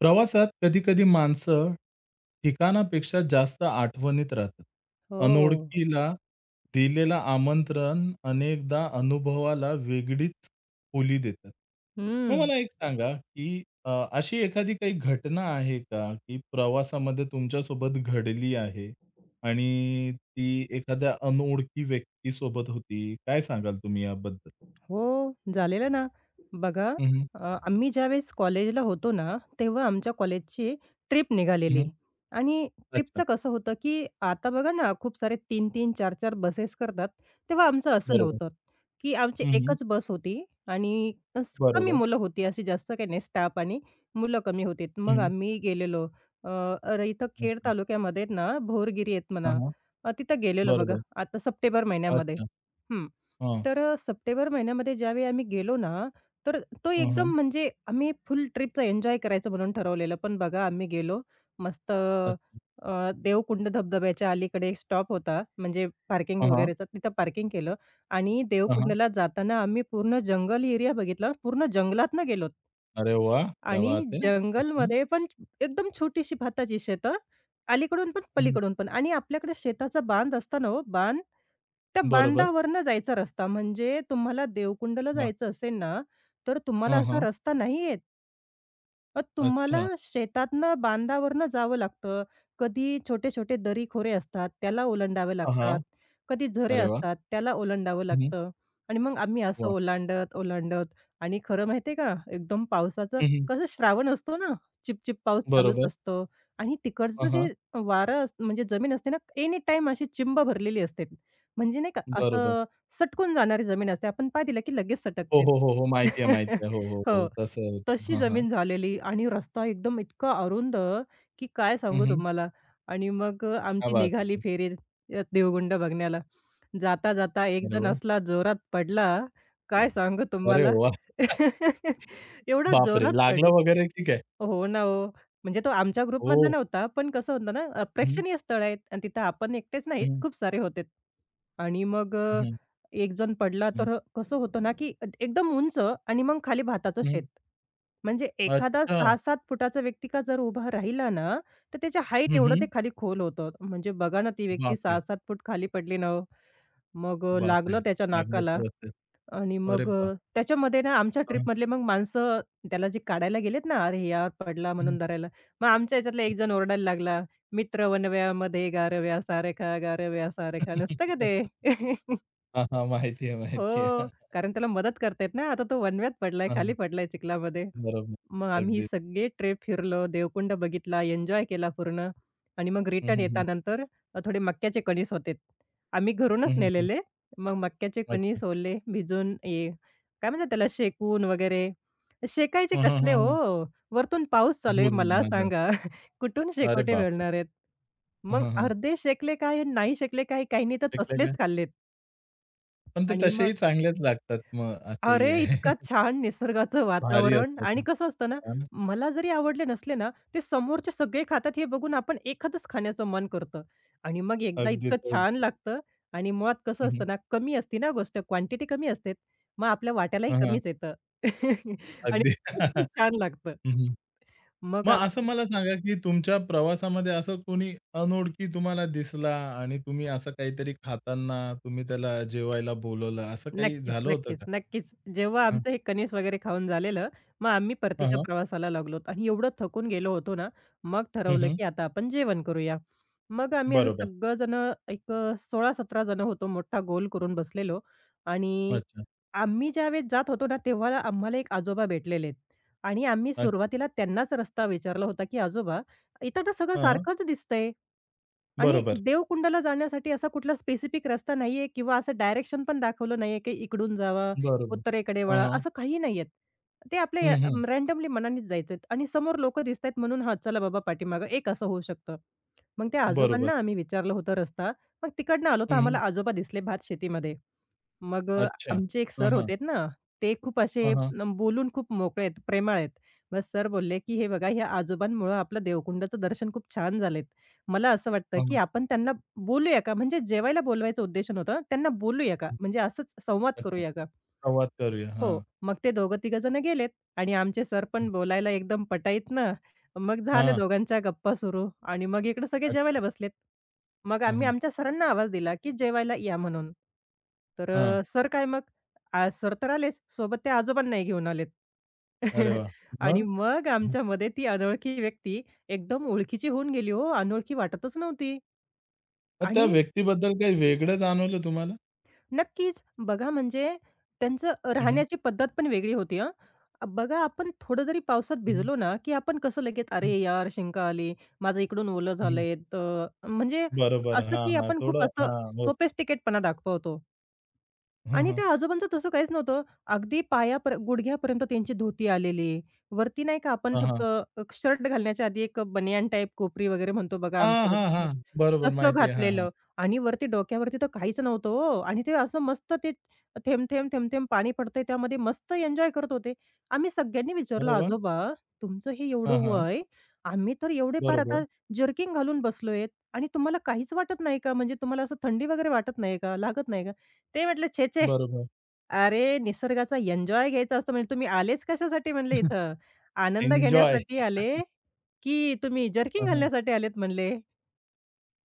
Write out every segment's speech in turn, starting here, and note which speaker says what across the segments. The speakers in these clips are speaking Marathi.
Speaker 1: प्रवासात कधी-कधी माणसं ठिकाणापेक्षा जास्त आठवणीत राहतात.
Speaker 2: हो.
Speaker 1: अनोळखीला दिलेलं आमंत्रण अनेकदा अनुभवाला वेगळीच खोली देतात. मग
Speaker 2: हं.
Speaker 1: मला एक सांगा, की अशी एखादी काही घटना आहे का, की प्रवासामध्ये तुमच्यासोबत घडली आहे आणि ती एखाद्या अनोळखी व्यक्तीसोबत होती? काय सांगाल तुम्ही याबद्दल?
Speaker 2: हो, झालेलं ना. बघा
Speaker 1: हं, हं.
Speaker 2: अ, आम्ही ज्यावेळेस कॉलेजला होतो ना, तेव्हा आमच्या कॉलेजची ट्रिप निघालेली आणि
Speaker 1: अच्छा.
Speaker 2: ट्रिपचं कसं होतं, की आता बघा ना, खूप सारे 3-3, 4-4 बसेस करतात. तेव्हा आमचं असं
Speaker 1: बरोबर.
Speaker 2: नव्हतं, की आमची
Speaker 1: हं,
Speaker 2: एकच बस होती आणि अस कमी
Speaker 1: बरोबर.
Speaker 2: मुलं होती, अशी जास्त काही नाही, स्टाफ आणि मुलं कमी होती. मग
Speaker 1: हं,
Speaker 2: आम्ही गेलेलो. अ, अरे इथं खेड
Speaker 1: अच्छा.
Speaker 2: तालुक्यामध्ये आहेत ना, भोरगिरी आहेत
Speaker 1: हां,
Speaker 2: म्हणा.
Speaker 1: हां.
Speaker 2: तिथं गेलेलो बघा,
Speaker 1: बरोबर.
Speaker 2: आता सप्टेंबर महिन्यामध्ये.
Speaker 1: अच्छा. हां.
Speaker 2: तर सप्टेंबर महिन्यामध्ये ज्यावेळी आम्ही गेलो ना, तर तो
Speaker 1: हं,
Speaker 2: एकदम
Speaker 1: हं.
Speaker 2: म्हणजे आम्ही फुल ट्रिपचा एन्जॉय करायचं म्हणून ठरवलेलं. पण बघा आम्ही गेलो मस्त.
Speaker 1: अच्छा.
Speaker 2: देवकुंड धबधब्याच्या अलीकडे एक स्टॉप होता म्हणजे पार्किंग
Speaker 1: हां, हां.
Speaker 2: वगैरेचा तिथं पार्किंग केलं आणि
Speaker 1: हां, हां.
Speaker 2: देवकुंडला जाताना आम्ही पूर्ण जंगल एरिया बघितला. पूर्ण जंगलातनं गेलोत.
Speaker 1: अरे वाह! क्या
Speaker 2: आणि
Speaker 1: बात है! हं, हं.
Speaker 2: जंगलमध्ये पण एकदम छोटीशी भाताची शेतं, अलीकडून पण
Speaker 1: हं.
Speaker 2: पलीकडून पण आणि आपल्याकडे शेताचा बांध असताना हो बांध, त्या
Speaker 1: बरोबर.
Speaker 2: बांधावरनं जायचा रस्ता म्हणजे तुम्हाला देवकुंडला
Speaker 1: वाह!
Speaker 2: जायचं असेल ना, तर तुम्हाला
Speaker 1: हां,
Speaker 2: असा
Speaker 1: हां.
Speaker 2: रस्ता नाही येत. तुम्हाला
Speaker 1: अच्छा.
Speaker 2: शेतातनं बांधावरनं जावं लागतं. कधी छोटे-छोटे दरीखोरे असतात, त्याला ओलांडावे
Speaker 1: हां, हां.
Speaker 2: लागतात. कधी झरे
Speaker 1: अरे वाह!
Speaker 2: असतात, त्याला ओलांडावं
Speaker 1: हं, हं.
Speaker 2: लागतं. आणि मग आम्ही असं
Speaker 1: वाह!
Speaker 2: ओलांडत, ओलांडत आणि खरं माहिती आहे का, एकदम पावसाचं
Speaker 1: हं, हं.
Speaker 2: कसं श्रावण असतो ना, चिपचिप पाऊस चालूच
Speaker 1: बरोबर.
Speaker 2: असतो आणि
Speaker 1: हां,
Speaker 2: तिकडचं जे
Speaker 1: हां.
Speaker 2: वारं अस म्हणजे जमीन असते ना, एनी टाईम अशी चिंब भरलेली असते. म्हणजे नाही का,
Speaker 1: बरोबर.
Speaker 2: असं सटकून जाणारी जमीन असते. आपण पाय दिला की लगेच
Speaker 1: हो,
Speaker 2: सटकते.
Speaker 1: हो, हो, हो. माहिती आहे, माहिती आहे. हो, हो, हो.
Speaker 2: हो.
Speaker 1: तसं.
Speaker 2: तशी
Speaker 1: हां, हां.
Speaker 2: जमीन झालेली आणि रस्ता एकदम इतका अरुंद, की काय
Speaker 1: हं,
Speaker 2: सांगू
Speaker 1: हं.
Speaker 2: तुम्हाला. आणि मग
Speaker 1: क्या
Speaker 2: आमची
Speaker 1: बात
Speaker 2: निघाली
Speaker 1: है!
Speaker 2: फेरी देवगुंड बघण्याला. जाता, जाता एक
Speaker 1: अरे
Speaker 2: जण
Speaker 1: वाह!
Speaker 2: असला जोरात पडला, काय सांगू
Speaker 1: अरे
Speaker 2: तुम्हाला.
Speaker 1: वाह!
Speaker 2: एवढा
Speaker 1: बापरे!
Speaker 2: जोरात
Speaker 1: लागलं
Speaker 2: पडला
Speaker 1: वगैरे की काय?
Speaker 2: हो ना, हो. म्हणजे तो आमच्या
Speaker 1: हो.
Speaker 2: ग्रुपमधला नव्हता, पण कसं होतं ना,
Speaker 1: हं, हं.
Speaker 2: प्रेक्षणीय स्थळ आहेत आणि तिथं आपण एकटेच नाहीत,
Speaker 1: हं,
Speaker 2: खूप सारे होते. आणि मग
Speaker 1: हं, हं,
Speaker 2: एक जण पडला, तर कसं होतं ना, की एकदम उंच आणि मग खाली भाताचं शेत.
Speaker 1: हं.
Speaker 2: म्हणजे एखादा
Speaker 1: अच्छा.
Speaker 2: 6-7 फुटाचा व्यक्ती का जर उभा राहिला ना, तर त्याच्या हाईट
Speaker 1: हं,
Speaker 2: एवढं
Speaker 1: हं.
Speaker 2: ते खाली खोल होतं. म्हणजे बघा ना, ती व्यक्ती
Speaker 1: बापरे!
Speaker 2: 6-7 फूट खाली पडली ना हो. मग
Speaker 1: बापरे!
Speaker 2: लागलं त्याच्या
Speaker 1: लागलं
Speaker 2: नाकाला.
Speaker 1: तर असेल.
Speaker 2: आणि
Speaker 1: अरे
Speaker 2: मग
Speaker 1: बाप!
Speaker 2: त्याच्यामध्ये ना आमच्या
Speaker 1: हां.
Speaker 2: ट्रिपमधले मग माणसं त्याला जे काढायला गेलेत ना, "अरे यार पडला"
Speaker 1: हं,
Speaker 2: म्हणून धरायला. मग आमच्या ह्याच्यातला एक जण ओरडायला लागला, "मित्र वनव्यामध्ये गारव्या सारखा, गारव्या सारखा." नसतं का ते?
Speaker 1: हं. हां, हां. माहिती आहे, माहिती
Speaker 2: हो,
Speaker 1: आहे.
Speaker 2: कारण त्याला मदत करतायत ना. आता तो वणव्यात पडलाय,
Speaker 1: हां,
Speaker 2: खाली
Speaker 1: हां.
Speaker 2: पडलाय चिखलामध्ये.
Speaker 1: बरोबर.
Speaker 2: मग आम्ही
Speaker 1: अगदीच.
Speaker 2: सगळे ट्रेप फिरलो, देवकुंड बघितला, एन्जॉय केला पूर्ण आणि मग
Speaker 1: हं,
Speaker 2: रिटर्न
Speaker 1: हं, हं.
Speaker 2: येतानंतर थोडे मक्याचे कणीस होते. आम्ही
Speaker 1: हं,
Speaker 2: घरूनच
Speaker 1: हं, हं.
Speaker 2: नेलेले. मग मक्याचे
Speaker 1: अच्छा.
Speaker 2: कणीस ओले भिजून काय म्हणतात त्याला शेकून वगैरे. शेकायचे
Speaker 1: हं, हं,
Speaker 2: कसले
Speaker 1: हं, हं.
Speaker 2: हो? वरतून पाऊस चालू आहे.
Speaker 1: भुज
Speaker 2: मला
Speaker 1: भाजा.
Speaker 2: सांगा कुठून
Speaker 1: अरे
Speaker 2: शेकोटे
Speaker 1: बापरे!
Speaker 2: मिळणार आहेत?
Speaker 1: हं,
Speaker 2: मग
Speaker 1: हं, हं.
Speaker 2: अर्धे शेकले काय, नाही शेकले काय, काहींनी तर
Speaker 1: पिकले का?
Speaker 2: तसलेच खाल्लेत
Speaker 1: पण ते
Speaker 2: आणि मग
Speaker 1: तसेही चांगलेच लागतात मग असंही
Speaker 2: अरे,
Speaker 1: आहे.
Speaker 2: इतका छान निसर्गाचं
Speaker 1: भारी
Speaker 2: वातावरण
Speaker 1: असतात.
Speaker 2: आणि कसं असतं ना,
Speaker 1: हां ना.
Speaker 2: मला जरी आवडले नसले ना, ते समोरचे सगळे खातात हे बघून आपण एखादंच खाण्याचं मन करतं आणि मग एकदा
Speaker 1: अगदीच,
Speaker 2: इतकं छान
Speaker 1: अगदी.
Speaker 2: लागतं आणि मुळात
Speaker 1: हं,
Speaker 2: कसं
Speaker 1: हं.
Speaker 2: असतं ना, कमी असते ना गोष्ट, क्वांटिटी कमी असते. मग आपल्या वाट्यालाही
Speaker 1: हां, हां.
Speaker 2: कमीच येतं आणि
Speaker 1: अगदी.
Speaker 2: खूप छान लागतं.
Speaker 1: हं, हं.
Speaker 2: मग
Speaker 1: मग असं मला सांगा, की तुमच्या प्रवासामध्ये असं कोणी अनोळखी तुम्हाला दिसला आणि तुम्ही असं काहीतरी खाताना तुम्ही त्याला जेवायला बोलवलं, असं काही
Speaker 2: नक्कीच,
Speaker 1: झालं होतं
Speaker 2: नक्कीच,
Speaker 1: का?
Speaker 2: नक्कीच. जेव्हा
Speaker 1: हां,
Speaker 2: आमचं हे कणीस वगैरे खाऊन झालेलं, मग आम्ही
Speaker 1: हां,
Speaker 2: परतीच्या
Speaker 1: हां.
Speaker 2: प्रवासाला लागलो आणि एवढं थकून गेलो होतो ना, मग
Speaker 1: हं,
Speaker 2: ठरवलं
Speaker 1: हं.
Speaker 2: की आता आपण जेवण करूया. मग आम्ही असं
Speaker 1: बरोबर.
Speaker 2: सगळेजणं एक 16-17 जण होतो, मोठा गोल करून बसलेलो आणि
Speaker 1: अच्छा,
Speaker 2: आम्ही ज्यावेळेस जात होतो ना, तेव्हा आम्हाला एक आजोबा भेटलेले आणि आम्ही
Speaker 1: अच्छा.
Speaker 2: सुरुवातीला त्यांनाच रस्ता विचारला होता, की "आजोबा, इथं तर सगळं
Speaker 1: हां, हां.
Speaker 2: सारखंच दिसतंय." आणि
Speaker 1: बरोबर,
Speaker 2: देवकुंडाला जाण्यासाठी असा कुठला स्पेसिफिक रस्ता नाहीये किंवा असं डायरेक्शन पण दाखवलं नाहीये, की इकडून जावा,
Speaker 1: बरोबर.
Speaker 2: उत्तरेकडे
Speaker 1: हां,
Speaker 2: वळा,
Speaker 1: हां.
Speaker 2: असं काही नाहीयेत. ते आपल्या
Speaker 1: हं, हं.
Speaker 2: रँडमली मनानेच जायचेत आणि समोर लोकं दिसतायत म्हणून हा चला बाबा पाठीमागं एक असं होऊ शकतं. मग त्या
Speaker 1: बरोबर.
Speaker 2: आजोबांना आम्ही विचारलं होतं रस्ता. मग तिकडनं आलो
Speaker 1: हं,
Speaker 2: तर आम्हाला
Speaker 1: हं.
Speaker 2: आजोबा दिसले भातशेतीमध्ये. मग
Speaker 1: अच्छा.
Speaker 2: आमचे एक
Speaker 1: हां,
Speaker 2: सर
Speaker 1: हां.
Speaker 2: होते ना, ते खूप असे
Speaker 1: हां, हां.
Speaker 2: न बोलून खूप मोकळे आहेत, प्रेमाळ आहेत. मग सर बोलले, की "हे बघा, ह्या आजोबांमुळं आपलं देवकुंडाचं दर्शन खूप छान झालेत. मला असं वाटतं,
Speaker 1: हां,
Speaker 2: की
Speaker 1: हां.
Speaker 2: आपण त्यांना बोलूया का? म्हणजे जेवायला बोलवायचं उद्देशन होतं. त्यांना बोलूया का?
Speaker 1: हं.
Speaker 2: म्हणजे असंच संवाद
Speaker 1: अच्छा.
Speaker 2: करूया का?"
Speaker 1: संवाद करूया.
Speaker 2: हो.
Speaker 1: हां,
Speaker 2: मग ते दोघं तिघंजण गेलेत आणि आमचे सर
Speaker 1: हं.
Speaker 2: पण बोलायला एकदम पटाईत ना. मग झालं
Speaker 1: हां.
Speaker 2: दोघांच्या गप्पा सुरू आणि मग इकडं सगळे
Speaker 1: अच्छा.
Speaker 2: जेवायला बसलेत. मग
Speaker 1: हं,
Speaker 2: आम्ही
Speaker 1: हं.
Speaker 2: आमच्या सरांना आवाज दिला, की जेवायला या म्हणून. तर
Speaker 1: हां.
Speaker 2: अ, सर काय मग आ, सर तर आलेच, सोबत ते आजोबांनाही घेऊन आलेत.
Speaker 1: अरे वाह!
Speaker 2: आणि
Speaker 1: मग?
Speaker 2: मग आमच्यामध्ये ती अनोळखी व्यक्ती एकदम ओळखीची होऊन गेली हो, अनोळखी वाटतच नव्हती
Speaker 1: मग त्या
Speaker 2: आणि
Speaker 1: व्यक्तीबद्दल काही वेगळं जाणवलं तुम्हाला?
Speaker 2: नक्कीच. बघा म्हणजे त्यांचं
Speaker 1: हं, हं.
Speaker 2: राहण्याची पद्धत पण वेगळी होती हां. बघा आपण थोडं जरी पावसात
Speaker 1: हं, हं.
Speaker 2: भिजलो ना, की आपण कसं लगेच "अरे यार! शिंका आली, माझं इकडून ओलं
Speaker 1: हं, हं.
Speaker 2: झालंय." तर म्हणजे
Speaker 1: बरोबर.
Speaker 2: असं
Speaker 1: हां,
Speaker 2: की
Speaker 1: हां.
Speaker 2: आपण खूप
Speaker 1: थोडं
Speaker 2: असं
Speaker 1: हां, होतं.
Speaker 2: सोफिस्टिकेटपणा दाखवतो.
Speaker 1: हं,
Speaker 2: आणि
Speaker 1: हं.
Speaker 2: त्या आजोबांचं तसं काहीच नव्हतं. अगदी पायापर गुडघ्यापर्यंत त्यांची धोती आलेली. वरती नाही का आपण
Speaker 1: हां,
Speaker 2: फक्त
Speaker 1: हां.
Speaker 2: शर्ट घालण्याच्या आधी एक बनियान टाइप कोपरी वगैरे म्हणतो बघा
Speaker 1: हां,
Speaker 2: आमच्याकडे
Speaker 1: हां, हां.
Speaker 2: तसं.
Speaker 1: बरोबर
Speaker 2: तसं
Speaker 1: माहिती आहे. हां, हां.
Speaker 2: घातलेलं आणि वरती डोक्यावरती तर काहीच नव्हतं हो आणि ते असं मस्त ते थेंब, थेंब, थेंब, थेंब पाणी पडतंय त्यामध्ये मस्त एन्जॉय करत होते. आम्ही सगळ्यांनी विचारलं,
Speaker 1: अरे वाह!
Speaker 2: "आजोबा तुमचं हे एवढं
Speaker 1: हां, हां.
Speaker 2: वय, आम्ही तर एवढे पार
Speaker 1: बरोबर,
Speaker 2: आता जर्किंग घालून बसलोय आणि तुम्हाला काहीच वाटत नाही का? म्हणजे तुम्हाला असं थंडी वगैरे वाटत नाही का? लागत नाही का?" ते म्हटले, "छे, छे!
Speaker 1: बरोबर.
Speaker 2: अरे, निसर्गाचा एन्जॉय घ्यायचा असतो म्हणजे तुम्ही आलेच कशासाठी म्हणले इथं? आनंद
Speaker 1: एन्जॉय.
Speaker 2: घेण्यासाठी आले, की तुम्ही जर्किंग
Speaker 1: हां, हां.
Speaker 2: घालण्यासाठी आलेत म्हणले?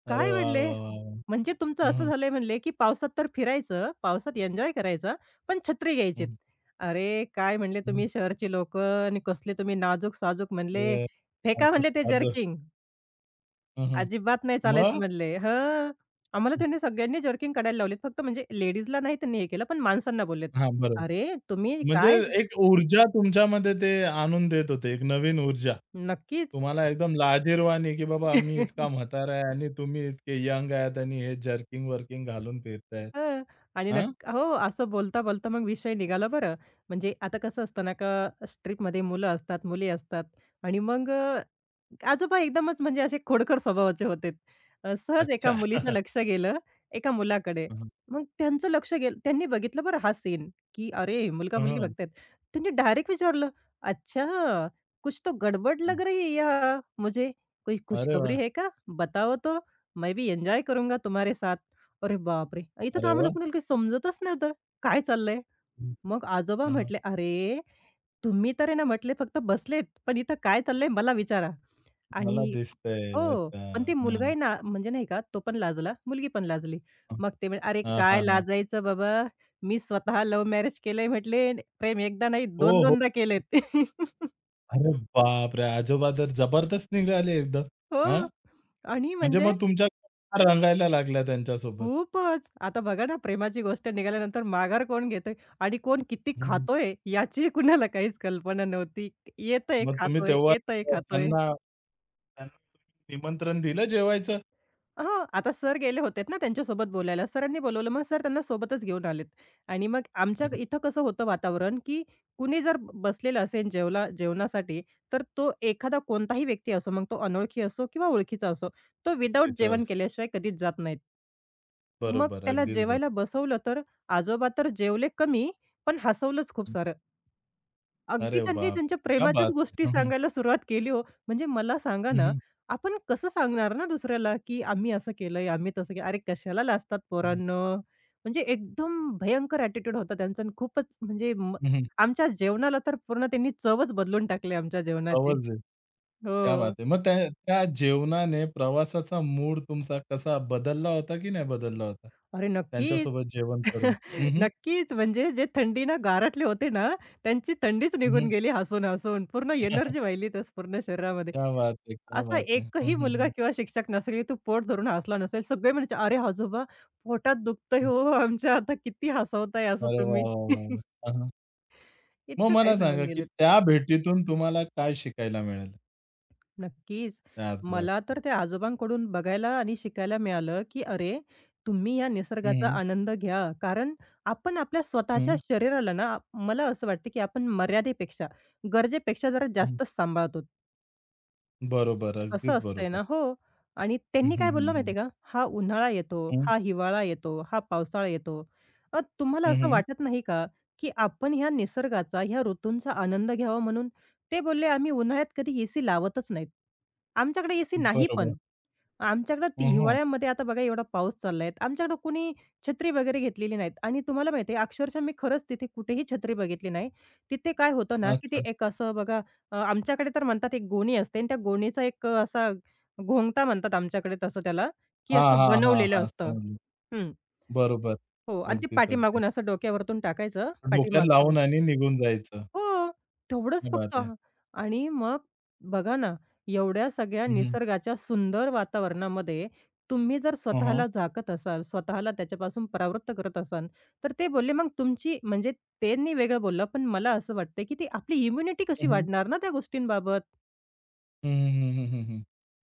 Speaker 1: अरे
Speaker 2: काय
Speaker 1: वाह,
Speaker 2: म्हणले?
Speaker 1: वाह, वाह, वाह!
Speaker 2: म्हणजे तुमचं
Speaker 1: हं,
Speaker 2: असं
Speaker 1: हं.
Speaker 2: झालंय म्हणले, की पावसात तर फिरायचं, पावसात एन्जॉय करायचा, पण छत्री घ्यायचीत.
Speaker 1: हं,
Speaker 2: अरे, काय म्हणले
Speaker 1: हं.
Speaker 2: तुम्ही शहरची लोकं आणि कसले तुम्ही नाजूक-साजूक म्हणले,
Speaker 1: ते
Speaker 2: फेका
Speaker 1: ताजं,
Speaker 2: म्हणले ते
Speaker 1: ताजं.
Speaker 2: जर्किंग.
Speaker 1: हं, हं.
Speaker 2: अजिबात नाही चालायचं
Speaker 1: मग?
Speaker 2: म्हणले. हां. आम्हाला त्यांनी सगळ्यांनी जर्किंग काढायला लावलेत. फक्त म्हणजे लेडीजला नाही त्यांनी हे केलं, पण माणसांना बोललेत.
Speaker 1: हां, बरोबर.
Speaker 2: "अरे, तुम्ही
Speaker 1: म्हणजे
Speaker 2: काय?"
Speaker 1: एक ऊर्जा तुमच्यामध्ये ते आणून देत होते, एक नवीन ऊर्जा.
Speaker 2: नक्कीच.
Speaker 1: तुम्हाला एकदम लाजिरवाणी, की बाबा मी इतका म्हातारा आहे आणि तुम्ही इतके यंग आहात आणि हे जर्किंग-वर्किंग घालून फिरतायत.
Speaker 2: हं. आणि
Speaker 1: हां?
Speaker 2: हो, असं बोलता-बोलता मग विषय निघाला बरं. म्हणजे आता कसं असतं ना, का स्ट्रिपमध्ये मुलं असतात, मुली असतात आणि मग आजोबा एकदमच म्हणजे असे खोडकर स्वभावाचे होते. सहज एका
Speaker 1: अच्छा.
Speaker 2: मुलीचं लक्ष गेलं एका मुलाकडे.
Speaker 1: हं,
Speaker 2: मग त्यांचं लक्ष गेलं त्यांनी बघितलं बरं हा सीन, की अरे मुलगा-मुलगी
Speaker 1: हं.
Speaker 2: बघतायत. त्यांनी डायरेक्ट विचारलं, "अच्छा, कुछ तो गडबड
Speaker 1: हं.
Speaker 2: लग रही है यहाँ मुझे. कोई
Speaker 1: अरे
Speaker 2: खुशखबरी
Speaker 1: वाह!
Speaker 2: है क्या? बताओ तो. मैं भी एन्जॉय करूंगा तुम्हारे साथ." अरे बापरे! इथं तर
Speaker 1: अरे
Speaker 2: आम्हाला
Speaker 1: वाह!
Speaker 2: कुणाला काही समजतच नव्हतं. काय चाललंय? मग आजोबा
Speaker 1: हं, हं.
Speaker 2: म्हटले, "अरे, तुम्ही तर आहे ना म्हटले फक्त बसलेत, पण इथं काय चाललंय मला विचारा."
Speaker 1: मला
Speaker 2: आणि हो,
Speaker 1: दिसतंय. अच्छा.
Speaker 2: पण
Speaker 1: हां,
Speaker 2: ते मुलगा
Speaker 1: हां.
Speaker 2: आहे ना, म्हणजे नाही का, तो पण लाजला, मुलगी पण लाजली. मग ते म्हणे, "अरे
Speaker 1: हां,
Speaker 2: काय
Speaker 1: हां, हां.
Speaker 2: लाजायचं बाबा, मी स्वतः लव्ह मॅरेज केलंय," म्हटले, "प्रेम एकदा नाही, दोन
Speaker 1: हो, हो.
Speaker 2: 2दा केलेत."
Speaker 1: अरे बापरे! आजोबा तर जबरदस्त निघाले एकदम. हां?
Speaker 2: हो. आणि
Speaker 1: म्हणजे
Speaker 2: म्हणजे
Speaker 1: मग तुमच्या गप्पा रंगायला लागल्या त्यांच्यासोबत.
Speaker 2: खूपच. आता बघा ना, प्रेमाची गोष्ट निघाल्यानंतर माघार कोण घेतोय आणि कोण किती खातोय, याचीही कुणाला काहीच कल्पना नव्हती. येतंय,
Speaker 1: मग तुम्ही
Speaker 2: खातोय,
Speaker 1: तेव्हा
Speaker 2: येतंय, खातोय.
Speaker 1: त्यांना त्यांना निमंत्रण दिलं जेवायचं?
Speaker 2: हो, आता सर गेले होतेत ना त्यांच्यासोबत बोलायला. सरांनी बोलावलं. मग सर त्यांना सोबतच घेऊन आलेत आणि मग आमच्या
Speaker 1: हं,
Speaker 2: इथं कसं होतं वातावरण, की कुणी जर बसलेला असेल जेवला जेवणासाठी, तर तो एखादा कोणताही व्यक्ती असो, मग तो अनोळखी असो किंवा ओळखीचा असो, तो विदाऊट
Speaker 1: तिथं
Speaker 2: जेवण
Speaker 1: असतो.
Speaker 2: केल्याशिवाय कधीच जात नाहीत. मग
Speaker 1: बरोबर,
Speaker 2: त्याला
Speaker 1: अगदीच
Speaker 2: जेवायला
Speaker 1: बरोबर.
Speaker 2: बसवलं, तर आजोबा तर जेवले कमी, पण हसवलंच खूप सारं. अगदी
Speaker 1: अरे
Speaker 2: त्यांनी
Speaker 1: बाप!
Speaker 2: त्यांच्या
Speaker 1: क्या
Speaker 2: प्रेमाच्याच
Speaker 1: बात
Speaker 2: गोष्टी
Speaker 1: है! हं, हं.
Speaker 2: सांगायला सुरुवात केली हो. म्हणजे मला सांगा
Speaker 1: हं,
Speaker 2: ना,
Speaker 1: हं.
Speaker 2: आपण कसं सांगणार ना दुसऱ्याला, की आम्ही असं केलंय, आम्ही तसं केलं. अरे कशाला लाजतात
Speaker 1: हं.
Speaker 2: पोरांनो. म्हणजे एकदम भयंकर ॲटिट्यूड होता त्यांचा आणि खूपच म्हणजे
Speaker 1: हं,
Speaker 2: आमच्या जेवणाला तर पूर्ण त्यांनी चवच बदलून टाकली आमच्या जेवणाची.
Speaker 1: आवाज आहे. क्या
Speaker 2: हो.
Speaker 1: बात है! मग त्या त्या जेवणाने प्रवासाचा मूड तुमचा कसा बदलला होता की नाही बदलला होता?
Speaker 2: अरे नक्कीच.
Speaker 1: त्यांच्यासोबत जेवण करून? हं, हं.
Speaker 2: नक्कीच. म्हणजे जे थंडीनं गारठले होते ना, त्यांची थंडीच
Speaker 1: हं,
Speaker 2: निघून
Speaker 1: हं.
Speaker 2: गेली हसून-हसून. पूर्ण एनर्जी वाहिली तस पूर्ण शरीरामध्ये.
Speaker 1: क्या बात है! क्या
Speaker 2: असा
Speaker 1: बात है! हं,
Speaker 2: एकही
Speaker 1: हं,
Speaker 2: मुलगा
Speaker 1: हं.
Speaker 2: किंवा शिक्षक नसेल, की तो पोट धरून हसला नसेल. सगळे म्हणायचे, "अरे आजोबा पोटात दुखतंय
Speaker 1: हं.
Speaker 2: हो हो, आमच्या, आता किती हसवताय असं
Speaker 1: अरे वाह,
Speaker 2: तुम्ही."
Speaker 1: वाह, वाह, वाह! हां, हां. मग
Speaker 2: इतकं काय
Speaker 1: मला सांगा
Speaker 2: सांगून
Speaker 1: की
Speaker 2: गेलेत.
Speaker 1: त्या भेटीतून तुम्हाला काय शिकायला मिळालं?
Speaker 2: नक्कीच.
Speaker 1: त्या आजोबांकडून?
Speaker 2: मला तर त्या आजोबांकडून बघायला आणि शिकायला मिळालं, की अरे तुम्ही या निसर्गाचा
Speaker 1: हं,
Speaker 2: आनंद घ्या. कारण आपण आपल्या स्वतःच्या
Speaker 1: हं,
Speaker 2: शरीराला ना, मला असं वाटतं, की आपण मर्यादेपेक्षा, गरजेपेक्षा जरा
Speaker 1: हं.
Speaker 2: जास्तच सांभाळतो.
Speaker 1: बरोबर,
Speaker 2: असं
Speaker 1: अगदीच
Speaker 2: असतंय
Speaker 1: बरोबर.
Speaker 2: ना. हो. आणि
Speaker 1: हं,
Speaker 2: त्यांनी
Speaker 1: हं,
Speaker 2: काय
Speaker 1: हं,
Speaker 2: बोललं माहिती
Speaker 1: हं.
Speaker 2: आहे का? हा उन्हाळा येतो,
Speaker 1: हं,
Speaker 2: हा हिवाळा येतो, हा पावसाळा येतो. तुम्हाला
Speaker 1: हं,
Speaker 2: असं
Speaker 1: हं.
Speaker 2: वाटत नाही का, की आपण ह्या निसर्गाचा, ह्या ऋतूंचा आनंद घ्यावा म्हणून? ते बोलले, "आम्ही उन्हाळ्यात कधी एसी लावतच नाहीत. आमच्याकडे एसी नाही
Speaker 1: बरोबर.
Speaker 2: पण." आमच्याकडं ती
Speaker 1: हं, हं.
Speaker 2: हिवाळ्यामध्ये आता बघा एवढा पाऊस चाललाय. आमच्याकडं कुणी छत्री वगैरे घेतलेली नाहीत आणि तुम्हाला माहिती आहे अक्षरशः मी खरंच तिथे कुठेही छत्री बघितली नाही. तिथे काय होतं ना, की ते
Speaker 1: अच्छा.
Speaker 2: एक असं बघा आमच्याकडे तर म्हणतात एक गोणी असते आणि त्या गोणीचा एक असा घोंगटा म्हणतात आमच्याकडे तसं त्याला, की
Speaker 1: हां,
Speaker 2: असं
Speaker 1: हां, हां,
Speaker 2: बनवलेलं
Speaker 1: हां.
Speaker 2: असतं.
Speaker 1: समजलं.
Speaker 2: हं.
Speaker 1: बरोबर.
Speaker 2: हो आणि ते
Speaker 1: अगदीच, अगदीच.
Speaker 2: पाठीमागून असं डोक्यावरतून टाकायचं,
Speaker 1: डोक्यात
Speaker 2: पाठीमागच्या
Speaker 1: लावून आणि निघून जायचं.
Speaker 2: हो, तेवढंच
Speaker 1: क्या
Speaker 2: फक्त
Speaker 1: बात है!
Speaker 2: आणि मग बघा ना, एवढ्या सगळ्या
Speaker 1: हं, हं.
Speaker 2: निसर्गाच्या सुंदर वातावरणामध्ये तुम्ही जर
Speaker 1: हं, हं.
Speaker 2: स्वतःला झाकत असाल, स्वतःला त्याच्यापासून परावृत्त करत असाल, तर ते बोलले मग तुमची म्हणजे त्यांनी वेगळं बोललं, पण मला असं वाटतंय, की ती आपली इम्युनिटी कशी
Speaker 1: हं, हं.
Speaker 2: वाढणार ना त्या गोष्टींबाबत?
Speaker 1: हं, हं, हं, हं, हं.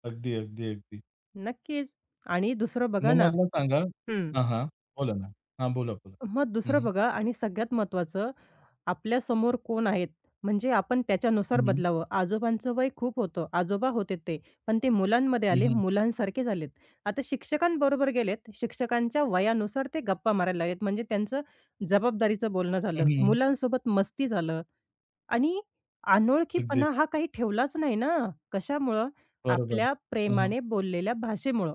Speaker 1: अगदी, अगदी, अगदी.
Speaker 2: नक्कीच. आणि दुसरं बघा
Speaker 1: मग
Speaker 2: ना
Speaker 1: मला सांगा
Speaker 2: हं.
Speaker 1: हां, हां. बोला ना. हां, बोला, बोला.
Speaker 2: मग
Speaker 1: हं,
Speaker 2: दुसरं
Speaker 1: हं.
Speaker 2: बघा आणि सगळ्यात महत्त्वाचं आपल्या समोर कोण आहेत? म्हणजे आपण त्याच्यानुसार
Speaker 1: हं, हं.
Speaker 2: बदलावं. आजोबांचं वय खूप होतं. आजोबा होते ते, पण ते मुलांमध्ये
Speaker 1: हं,
Speaker 2: आले,
Speaker 1: हं.
Speaker 2: मुलांसारखे झालेत. आता शिक्षकांबरोबर गेलेत, शिक्षकांच्या वयानुसार ते गप्पा मारायला लागलेत. म्हणजे त्यांचं जबाबदारीचं बोलणं झालं,
Speaker 1: हं, हं.
Speaker 2: मुलांसोबत मस्ती झालं आणि
Speaker 1: अगदीच.
Speaker 2: अनोळखीपणा हा काही ठेवलाच नाही ना. कशामुळं?
Speaker 1: बरोबर.
Speaker 2: आपल्या
Speaker 1: हं, हं.
Speaker 2: प्रेमाने बोललेल्या भाषेमुळं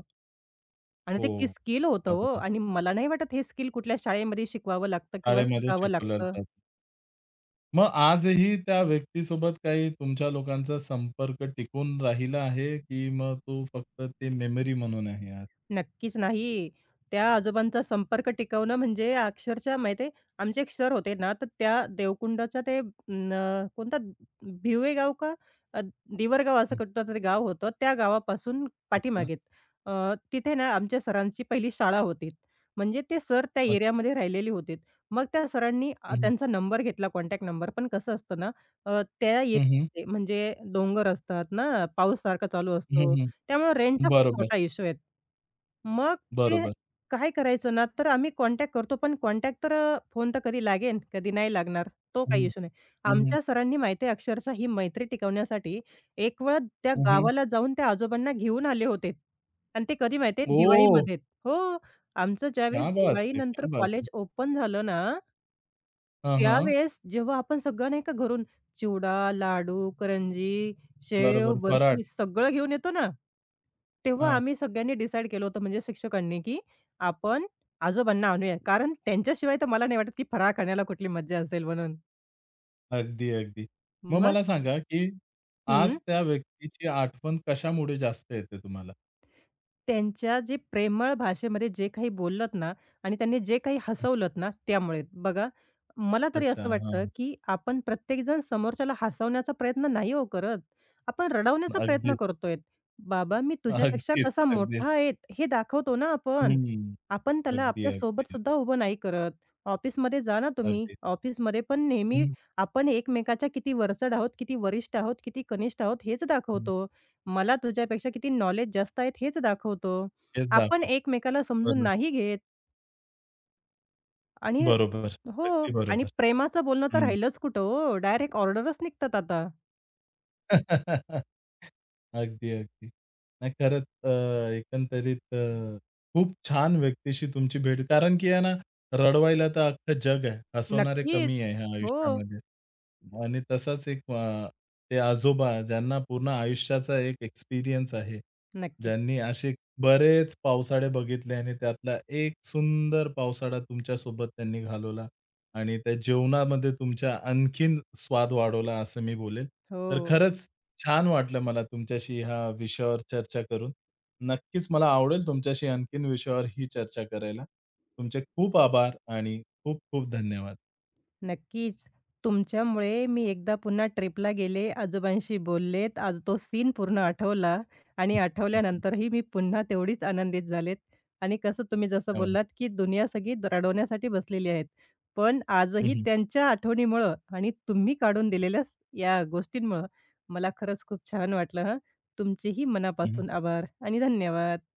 Speaker 2: आणि
Speaker 1: हो,
Speaker 2: ते की स्किल होतं हो
Speaker 1: बरोबर.
Speaker 2: आणि मला नाही वाटत हे स्किल कुठल्या शाळेमध्ये शिकवावं लागतं किंवा
Speaker 1: शाळेमध्ये
Speaker 2: शिकावं
Speaker 1: शिकवलं
Speaker 2: लागतं.
Speaker 1: जातं. मग आजही त्या व्यक्तीसोबत काही तुमच्या लोकांचा संपर्क टिकून राहिला आहे, की मग तो फक्त ते मेमरी म्हणून आहे आज?
Speaker 2: नक्कीच नाही. त्या आजोबांचा संपर्क टिकवणं म्हणजे अक्षरशः माहिती आमचे एक सर होते ना, तर त्या देवकुंडच्या ते कोणता भिवे गाव का अ, दिवरगाव असं
Speaker 1: हं.
Speaker 2: कुठलंतरी गाव होतं. त्या गावापासून
Speaker 1: अच्छा.
Speaker 2: पाठीमागे तिथे ना आमच्या सरांची पहिली शाळा होती. म्हणजे ते सर त्या
Speaker 1: अ
Speaker 2: एरियामध्ये राहिलेले होते. मग त्या सरांनी
Speaker 1: हं,
Speaker 2: त्यांचा नंबर घेतला, कॉन्टॅक्ट नंबर. पण कसं असतं ना, त्या
Speaker 1: हं, हं.
Speaker 2: एरियामध्ये म्हणजे डोंगर असतात ना, पाऊस सारखा चालू
Speaker 1: हं,
Speaker 2: असतो.
Speaker 1: हं.
Speaker 2: त्यामुळे रेंजचा खूप
Speaker 1: बरोबर,
Speaker 2: मोठा इश्यू आहे. मग ते
Speaker 1: बरोबर.
Speaker 2: काय करायचं ना, तर आम्ही कॉन्टॅक्ट करतो, पण कॉन्टॅक्ट तर फोन तर कधी लागेल, कधी नाही लागणार. तो काही
Speaker 1: हं,
Speaker 2: इश्यू नाही.
Speaker 1: हं, हं.
Speaker 2: आमच्या सरांनी माहिती आहे अक्षरशः ही मैत्री टिकवण्यासाठी एक वेळ त्या
Speaker 1: हं, हं.
Speaker 2: गावाला जाऊन त्या आजोबांना घेऊन आले होते. आणि ते कधी माहिती आहे
Speaker 1: ओह!
Speaker 2: दिवाळीमध्ये. हो, आमचं ज्यावेळेस
Speaker 1: क्या बात है! क्या
Speaker 2: दिवाळीनंतर
Speaker 1: बात है!
Speaker 2: कॉलेज ओपन झालं ना
Speaker 1: हां, हां.
Speaker 2: त्यावेळेस जेव्हा आपण सगळं नाही का घरून चिवडा, लाडू, करंजी, शेव,
Speaker 1: बरोबर. फराळ.
Speaker 2: बर्फी सगळं घेऊन येतो ना, तेव्हा
Speaker 1: हां.
Speaker 2: आम्ही सगळ्यांनी डिसाईड केलं होतं म्हणजे शिक्षकांनी, की आपण आजोबांना आणूया. कारण त्यांच्याशिवाय तर मला नाही वाटत, की फराळ खाण्याला कुठली मज्जा असेल म्हणून.
Speaker 1: अगदी, अगदी. मग
Speaker 2: मग
Speaker 1: मला सांगा, की
Speaker 2: हं.
Speaker 1: आज त्या व्यक्तीची आठवण कशामुळे जास्त येते तुम्हाला?
Speaker 2: त्यांच्या जे प्रेमळ भाषेमध्ये जे काही बोललात ना आणि त्यांनी जे काही हसवलत ना, त्यामुळे. बघा, मला तरी
Speaker 1: अच्छा.
Speaker 2: असं वाटतं,
Speaker 1: हां.
Speaker 2: की आपण प्रत्येकजण समोरच्याला हसवण्याचा प्रयत्न नाही हो करत. आपण रडवण्याचा प्रयत्न
Speaker 1: अगदीच,
Speaker 2: करतोय. "बाबा, मी तुझ्यापेक्षा
Speaker 1: अगदीच,
Speaker 2: कसा
Speaker 1: अगदीच.
Speaker 2: मोठा आहे" हे दाखवतो ना आपण.
Speaker 1: हं.
Speaker 2: आपण त्याला
Speaker 1: अगदी,
Speaker 2: आपल्यासोबत
Speaker 1: अगदी,
Speaker 2: सुद्धा उभं नाही करत. ऑफिसमध्ये जा ना तुम्ही.
Speaker 1: अगदी.
Speaker 2: ऑफिसमध्ये पण नेहमी
Speaker 1: हं,
Speaker 2: आपण एकमेकाच्या किती वरचढ आहोत, किती वरिष्ठ आहोत, किती कनिष्ठ आहोत हेच
Speaker 1: हं.
Speaker 2: दाखवतो. मला तुझ्यापेक्षा किती नॉलेज जास्त आहेत हेच दाखवतो.
Speaker 1: तेच
Speaker 2: आपण
Speaker 1: दाखवतो.
Speaker 2: एकमेकाला समजून
Speaker 1: बरो
Speaker 2: नाही घेत आणि
Speaker 1: बरोबर.
Speaker 2: हो
Speaker 1: अगदी
Speaker 2: आणि
Speaker 1: बरोबर.
Speaker 2: प्रेमाचं बोलणं तर
Speaker 1: हं.
Speaker 2: राहिलंच कुठं हो. डायरेक्ट ऑर्डरच निघतात आता.
Speaker 1: अगदी, अगदी. नाही खरंच एकंदरीत खूप छान व्यक्तीशी तुमची भेट कारण की आहे ना, रडवायला तर अख्खं जग आहे. हसवणारे कमी
Speaker 2: नक्कीच.
Speaker 1: आहे ह्या
Speaker 2: हो.
Speaker 1: आयुष्यामध्ये. आणि तसाच एक ते आजोबा ज्यांना पूर्ण आयुष्याचा एक एक्सपिरियन्स आहे.
Speaker 2: नक्कीच.
Speaker 1: ज्यांनी असे बरेच पावसाळे बघितले आणि त्यातला एक सुंदर पावसाळा तुमच्यासोबत त्यांनी घालवला. आणि त्या जेवणामध्ये तुमच्या आणखीन स्वाद वाढवला असं मी बोलेल. तर
Speaker 2: हो.
Speaker 1: खरंच छान वाटलं मला तुमच्याशी ह्या विषयावर चर्चा करून. नक्कीच मला आवडेल तुमच्याशी आणखीन विषयावर ही चर्चा करायला. तुमचे खूप आभार आणि खूप खूप धन्यवाद.
Speaker 2: नक्कीच. तुमच्यामुळे मी एकदा पुन्हा ट्रिपला गेले, आजोबांशी बोललेत. आज तो सीन पूर्ण आठवला आणि आठवल्यानंतरही मी पुन्हा तेवढीच आनंदित झालेत आणि कसं तुम्ही जसं
Speaker 1: हं, हं.
Speaker 2: बोललात, की दुनिया सगळी रडवण्यासाठी बसलेली आहेत. पण आजही
Speaker 1: हं,
Speaker 2: त्यांच्या आठवणीमुळं आणि तुम्ही काढून दिलेल्या या गोष्टींमुळं मला खरंच खूप छान वाटलं हं. तुमचेही मनापासून आभार आणि धन्यवाद.